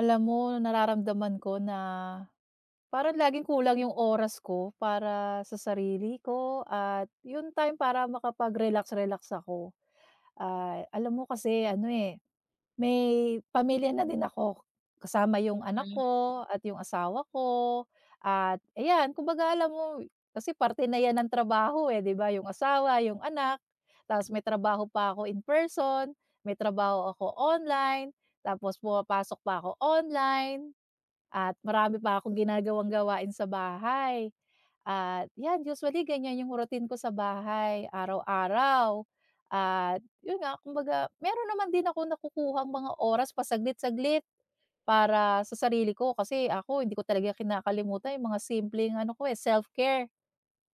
Alam mo nararamdaman ko na parang laging kulang yung oras ko para sa sarili ko at yung time para makapag-relax-relax ako. Alam mo kasi ano, eh, may pamilya na din ako, kasama yung anak Mhm, ko at yung asawa ko at ayan, kumbaga alam mo kasi parte na yan ng trabaho, eh, 'di ba, yung asawa, yung anak, tapos may trabaho pa ako in person, may trabaho ako online, tapos pumapasok pa ako online. At marami pa akong ginagawang gawain sa bahay. At 'yan, usually ganyan yung routine ko sa bahay araw-araw. At 'yun nga, kumbaga meron naman din akong nakukuhang mga oras pa saglit-saglit para sa sarili ko. Kasi ako hindi ko talaga kinakalimutan yung mga simpleng ano ko, eh, self-care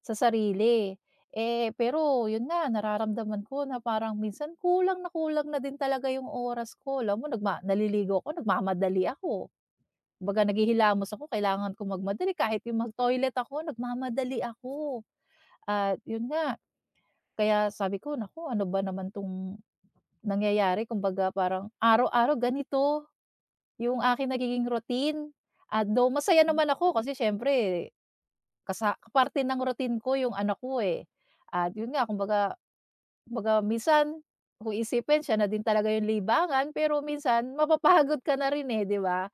sa sarili. Eh, pero 'yun nga, nararamdaman ko na parang minsan kulang na din talaga yung oras ko. Alam mo nagma naliligo ako, nagmamadali ako. Kumbaga naghihilamos ako, kailangan ko magmadali, kahit yung mag-toilet ako nagmamadali ako. At yun nga, kaya sabi ko, naku ano ba naman 'tong nangyayari, kumbaga parang araw-araw ganito yung aking nagiging routine. At though masaya naman ako kasi siyempre kasa parte ng routine ko yung anak ko, eh. At yun nga kumbaga Kumbaga minsan, kung iisipin siya na din talaga yung libangan, pero minsan mapapagod ka na rin, eh, 'di ba?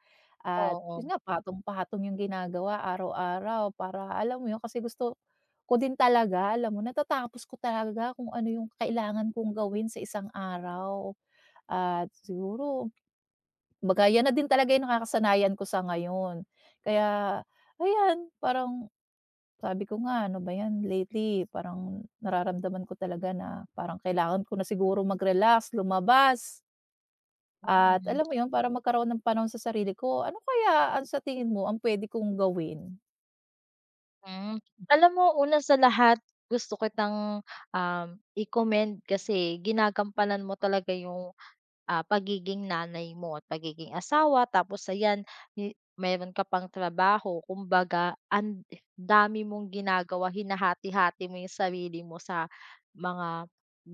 At oo, yun nga patong-patong yung ginagawa araw-araw para alam mo yun, kasi gusto ko din talaga, alam mo natatapos ko talaga kung ano yung kailangan kong gawin sa isang araw. At siguro kumbaga yan na din talaga yung nakakasanayan ko sa ngayon. Kaya ayan, parang sabi ko nga, ano ba 'yan, lately parang nararamdaman ko talaga na parang kailangan ko na siguro mag-relax, lumabas at mm. alam mo 'yun, para magkaroon ng panahon sa sarili ko. Ano kaya ang sa tingin mo ang puwede kong gawin? Hmm, Alam mo, una sa lahat, gusto kitang, um, i-commend, kasi ginagampanan mo talaga yung pagiging nanay mo at pagiging asawa. Tapos ayan, meron ka pang trabaho. Kumbaga ang dami mong ginagawa, hinahati-hati mo yung sarili mo sa mga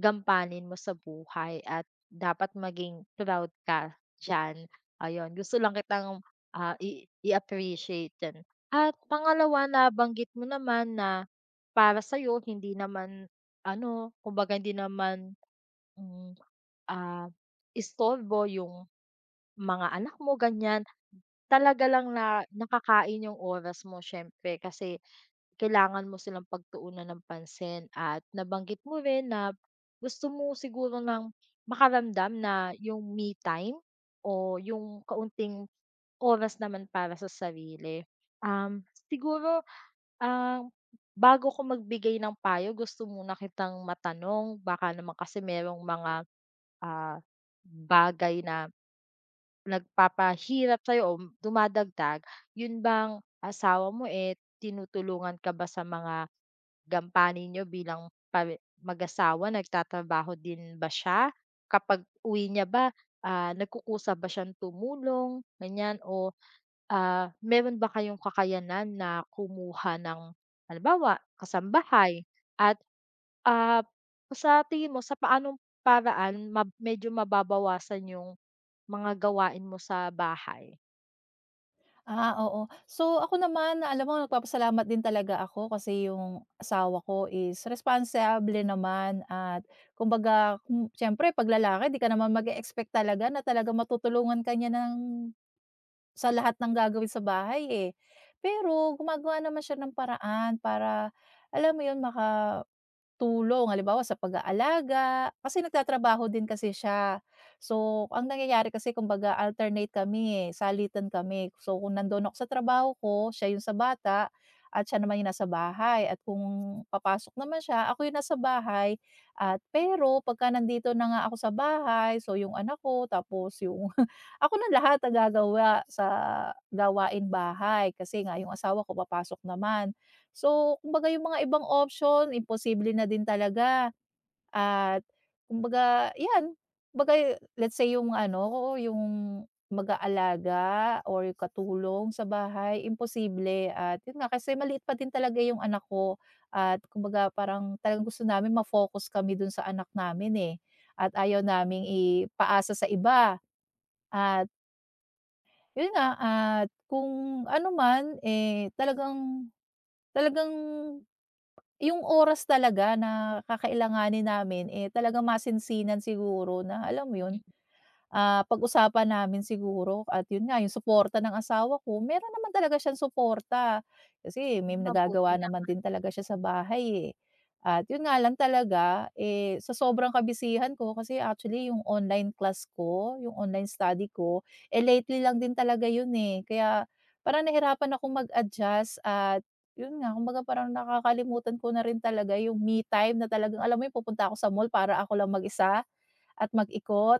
gampanin mo sa buhay, at dapat maging proud ka diyan. Ayun, gusto lang kitang i-appreciate diyan. At pangalawa, na banggit mo naman na para sa'yo hindi naman ano, kumbaga hindi naman, hmm Ah, istorbo yung mga anak mo ganyan, talaga lang na nakakain yung oras mo, siyempre kasi kailangan mo silang pagtuunan ng pansin. At nabanggit mo rin na gusto mo siguro ng makaramdam na yung me time o yung kaunting oras naman para sa sarili. Um, siguro, ah, bago ko magbigay ng payo, gusto muna kitang matanong, baka naman kasi merong mga, ah, bagay na nagpapahirap sa'yo o dumadagdag. Yun bang asawa mo, eh, tinutulungan ka ba sa mga gampanin niyo bilang pare mag-asawa? Nagtatrabaho din ba siya? Kapag-uwi niya ba, nagkukusa ba siyang tumulong, ganiyan? O, meron ba kayong kakayanan na kumuha ng, halimbawa, kasambahay? At, ah, sa tingin mo, sa paanong paraan medyo mababawasan yung mga gawain mo sa bahay? Oo. So, ako naman alam mo nagpapasalamat din talaga ako kasi yung asawa ko is responsable naman at kumbaga, siyempre 'pag lalaki 'di ka naman mag expect talaga na talaga matutulungan kanya niya ng sa lahat ng gagawin sa bahay, eh. Pero gumagawa naman siya ng paraan para, alam mo 'yun, maka tulong halimbawa sa pag-aalaga, kasi nagtatrabaho din kasi siya. So, ang nangyayari kasi kumbaga alternate kami, eh, salitan kami. So, kung nando'n ako sa trabaho ko, siya 'yung sa bata at siya naman 'yung nasa bahay, at kung papasok naman siya, ako 'yung nasa bahay at pero pagka nandito na nga ako sa bahay, so 'yung anak ko tapos 'yung ako na lahat ang gagawa sa gawain bahay kasi nga 'yung asawa ko papasok naman. So, kumbaga yung mga ibang option imposible na din talaga at kumbaga 'yan, kumbaga let's say yung ano, yung mag-aalaga or yung katulong sa bahay imposible, at yun nga kasi maliit pa din talaga yung anak ko at kumbaga parang talagang gusto namin ma-focus kami dun sa anak namin, eh, at ayaw naming ipaasa sa iba at yun nga at kung ano man, eh, talagang talagang yung oras talaga na kakailanganin namin, eh, talagang masinsinan siguro na alam mo yun, Mm, pag-usapan namin siguro at yun nga yung suporta ng asawa ko, meron naman talaga siyang suporta. Kasi may mabuti nagagawa na. naman din talaga siya sa bahay, eh. At yun nga lang talaga, eh, sa sobrang kabisihan ko kasi actually yung online class ko, yung online study ko, eh, lately lang din talaga yun, eh. Kaya parang nahirapan akong mag-adjust at yun nga, kumbaga parang nakakalimutan ko na rin talaga yung me time na talagang alam mo yun pupunta ako sa mall para ako lang mag-isa at mag-ikot.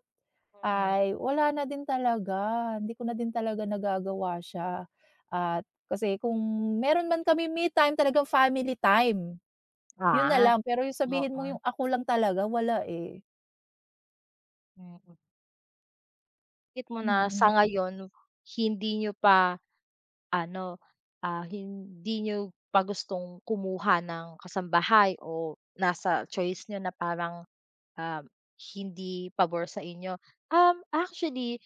Mm. Ay wala na din talaga, hindi ko na din talaga nagagawa siya at kasi kung meron man kami me time talagang family time, yun na Ah, lang. Pero yung oo, sabihin mo yung ako lang talaga wala, eh. mm. Git mo Mm, na mm. sa Mm ngayon hindi niyo pa ano, hindi niyo pa gustong kumuha ng kasambahay, o nasa choice niyo na parang, um, hindi pabor sa inyo? Actually,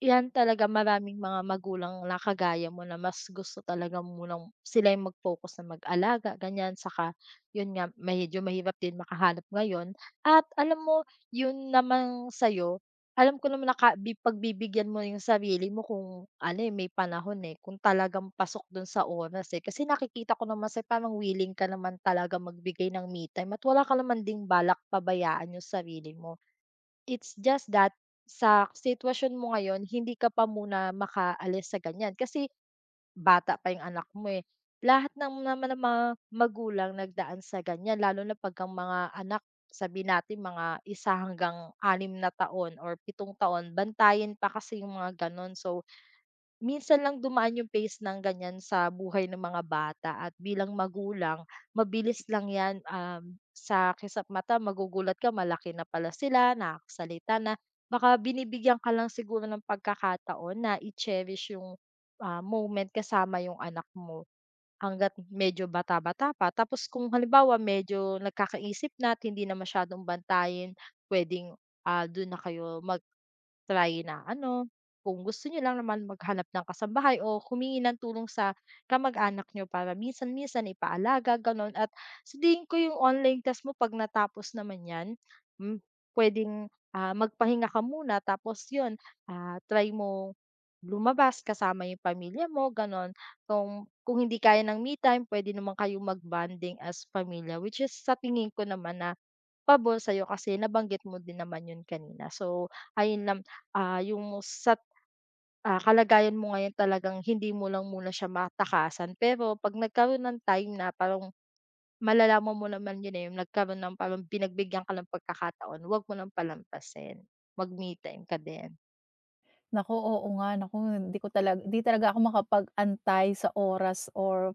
'yan talaga, maraming mga magulang na kagaya mo na mas gusto talaga munang sila yung mag-focus, na mag-alaga ganyan, saka yun nga, medyo mahirap din makahanap ngayon. At alam mo, yun namang sa'yo, alam ko naman na ka bi pagbibigyan mo yung sarili mo kung ano, eh, may panahon, eh, kung talagang pasok dun sa oras, eh. Kasi nakikita ko naman sa'yo, parang willing ka naman talaga magbigay ng me time, at wala ka naman ding balak pabayaan yung sarili mo. It's just that sa sitwasyon mo ngayon hindi ka pa muna makaalis sa ganyan kasi bata pa yung anak mo, eh. Lahat ng naman ng mga magulang nagdaan sa ganyan, lalo na 'pag ang mga anak, sabi natin mga isa hanggang 6 na taon or 7 taon, bantayin pa kasi yung mga gano'n. So, minsan lang dumaan yung phase ng ganyan sa buhay ng mga bata, at bilang magulang mabilis lang 'yan, sa kisap mata magugulat ka malaki na pala sila, nakakasalita na. Baka binibigyan ka lang siguro ng pagkakataon na i-cherish yung moment kasama yung anak mo. Hangga't medyo bata-bata pa, tapos kung halimbawa medyo nagkakaisip na at hindi na masyadong bantayan, puwedeng dun na kayo mag-try na ano, kung gusto niyo lang naman maghanap ng kasambahay o humingi ng tulong sa kamag-anak niyo para minsan-minsan ipaalaga gano'n. At sa tingin ko yung online test mo 'pag natapos naman 'yan, hmm, puwedeng magpahinga ka muna, tapos yun, try mong lumabas kasama yung pamilya mo gano'n. Kung hindi kaya ng me time, pwede naman kayong mag-bonding as pamilya, which is sa tingin ko naman na pabor sa'yo, kasi nabanggit mo din naman 'yun kanina. So ayun lang, yung sa kalagayan mo ngayon, talagang hindi mo lang muna siya matakasan. Pero 'pag nagkaroon ng time na parang malalaman mo naman 'yun, eh, yung nagkaroon ng parang pinagbigyan ka ng pagkakataon, huwag mo ng palampasin, mag-me time ka din. Naku, oo nga, naku hindi ko talaga hindi talaga ako makapag-antay sa oras or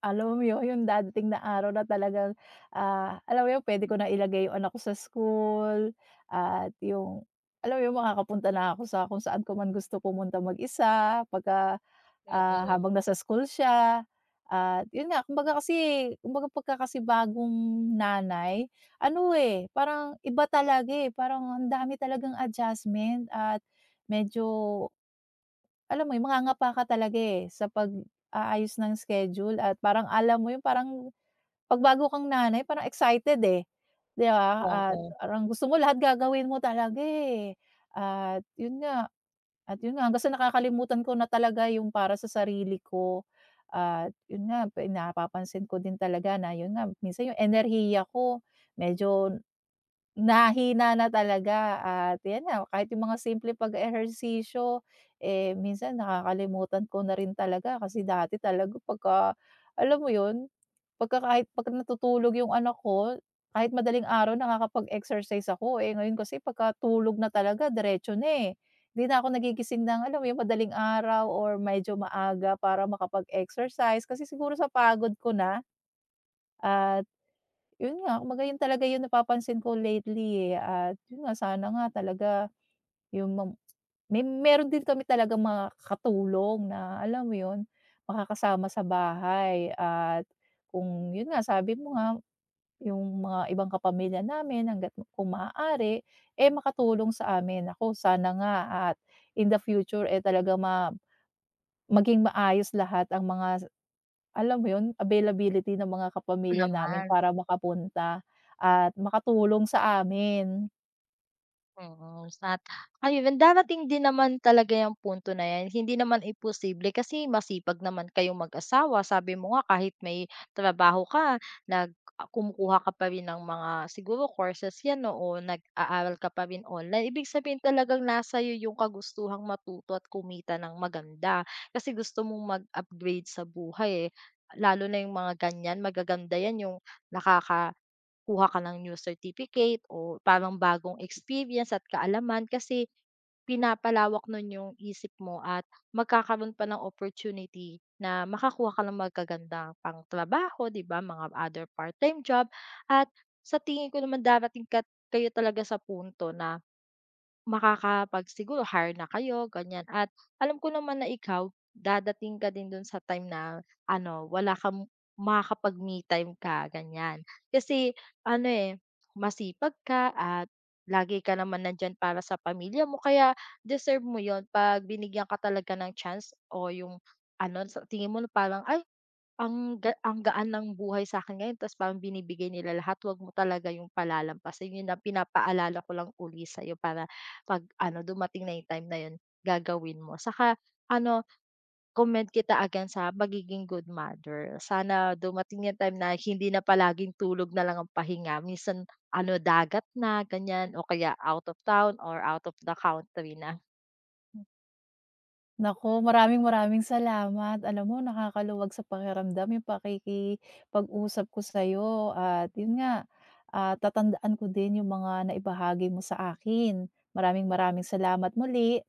alam mo yun, yung dadating na araw na talagang, ah, alam mo yun pwede ko na ilagay yung anak ko sa school at yung alam mo yun makakapunta na ako sa kung saan ko man gusto pumunta mag-isa pagka Mm, habang nasa school siya at yun nga kumbaga kasi kumbaga pagka kasi bagong nanay, ano, eh, parang iba talaga, eh, parang ang dami talagang adjustment at medyo alam mo yun mangangapa ka talaga, eh, sa pag-aayos ng schedule at parang alam mo yung parang pagbago kang nanay parang excited, eh, 'di ba? At oo. parang gusto mo lahat gagawin mo talaga, eh, at yun nga at yun nga, hanggang sa nakakalimutan ko na talaga yung para sa sarili ko. At yun nga, pa- napapansin ko din talaga na yun nga, minsan yung enerhiya ko medyo nahina na talaga at 'yan na kahit yung mga simple pag-ehersisyo, eh, minsan nakakalimutan ko na rin talaga kasi dati talaga pagka alam mo 'yun, pagka kahit 'pag natutulog yung anak ko, kahit madaling araw nakakapag-exercise ako. Eh, ngayon kasi pagka tulog na talaga diretso na, eh. Hindi na ako nagigising ng alam mo yung madaling araw or medyo maaga para makapag-exercise kasi siguro sa pagod ko na at yun nga, kumbaga yun talaga yung napapansin ko lately, eh, at yun nga sana nga talaga yung mam may meron din kami talaga mga katulong na alam mo yun, makakasama sa bahay at kung yun nga sabi mo nga, yung mga ibang kapamilya namin hangga't kung maaari, eh, makatulong sa amin. Ako sana nga at in the future, eh, talaga ma maging maayos lahat ang mga alam mo 'yun, availability ng mga Ako kapamilya namin naman. para makapunta at makatulong sa amin. Mm, at ayun, darating din naman talaga yung punto na 'yan, hindi naman imposible kasi masipag naman kayong mag-asawa. Sabi mo nga kahit may trabaho ka, kumukuha ka pa rin ng mga siguro courses 'yan 'no, o nag-aaral ka pa rin online. Ibig sabihin talagang nasa iyo 'yung kagustuhang matuto at kumita ng maganda, kasi gusto mong mag-upgrade sa buhay, eh. Lalo na 'yung mga ganiyan, magaganda 'yan, 'yung nakaka kuha ka ng new certificate o parang bagong experience at kaalaman, kasi pinapalawak nun yung isip mo at magkakaroon pa ng opportunity na makakuha ka ng magagandang pang trabaho, 'di ba, mga other part-time job. At sa tingin ko naman darating ka, kayo talaga sa punto na makakapag siguro hire na kayo ganyan, at alam ko naman na ikaw dadating ka din dun sa time na ano, wala kang, makakapag me time ka ganyan. Kasi ano, eh, masipag ka at lagi ka naman nandiyan para sa pamilya mo, kaya deserve mo yon 'pag binigyan ka talaga ng chance o yung ano sa tingin mo na parang, "Ay ang gaan ng buhay sa sa'kin ngayon, ta's parang binibigay nila lahat," wag mo talaga yung palalampasin. Yun ang pinapaalala ko lang uli sa'yo para 'pag ano, dumating na yung time na yun, gagawin mo. Saka ano, comment kita again sa pagiging good mother. Sana dumating yung time na hindi na palaging tulog na lang ang pahinga. Minsan ano, dagat na, ganyan, o kaya out of town or out of the country na. Naku, maraming maraming salamat. Alam mo nakakaluwag sa pakiramdam 'yung pakikipag-usap ko sa'yo at 'yun nga, tatandaan ko din 'yung mga naibahagi mo sa akin. Maraming maraming salamat muli.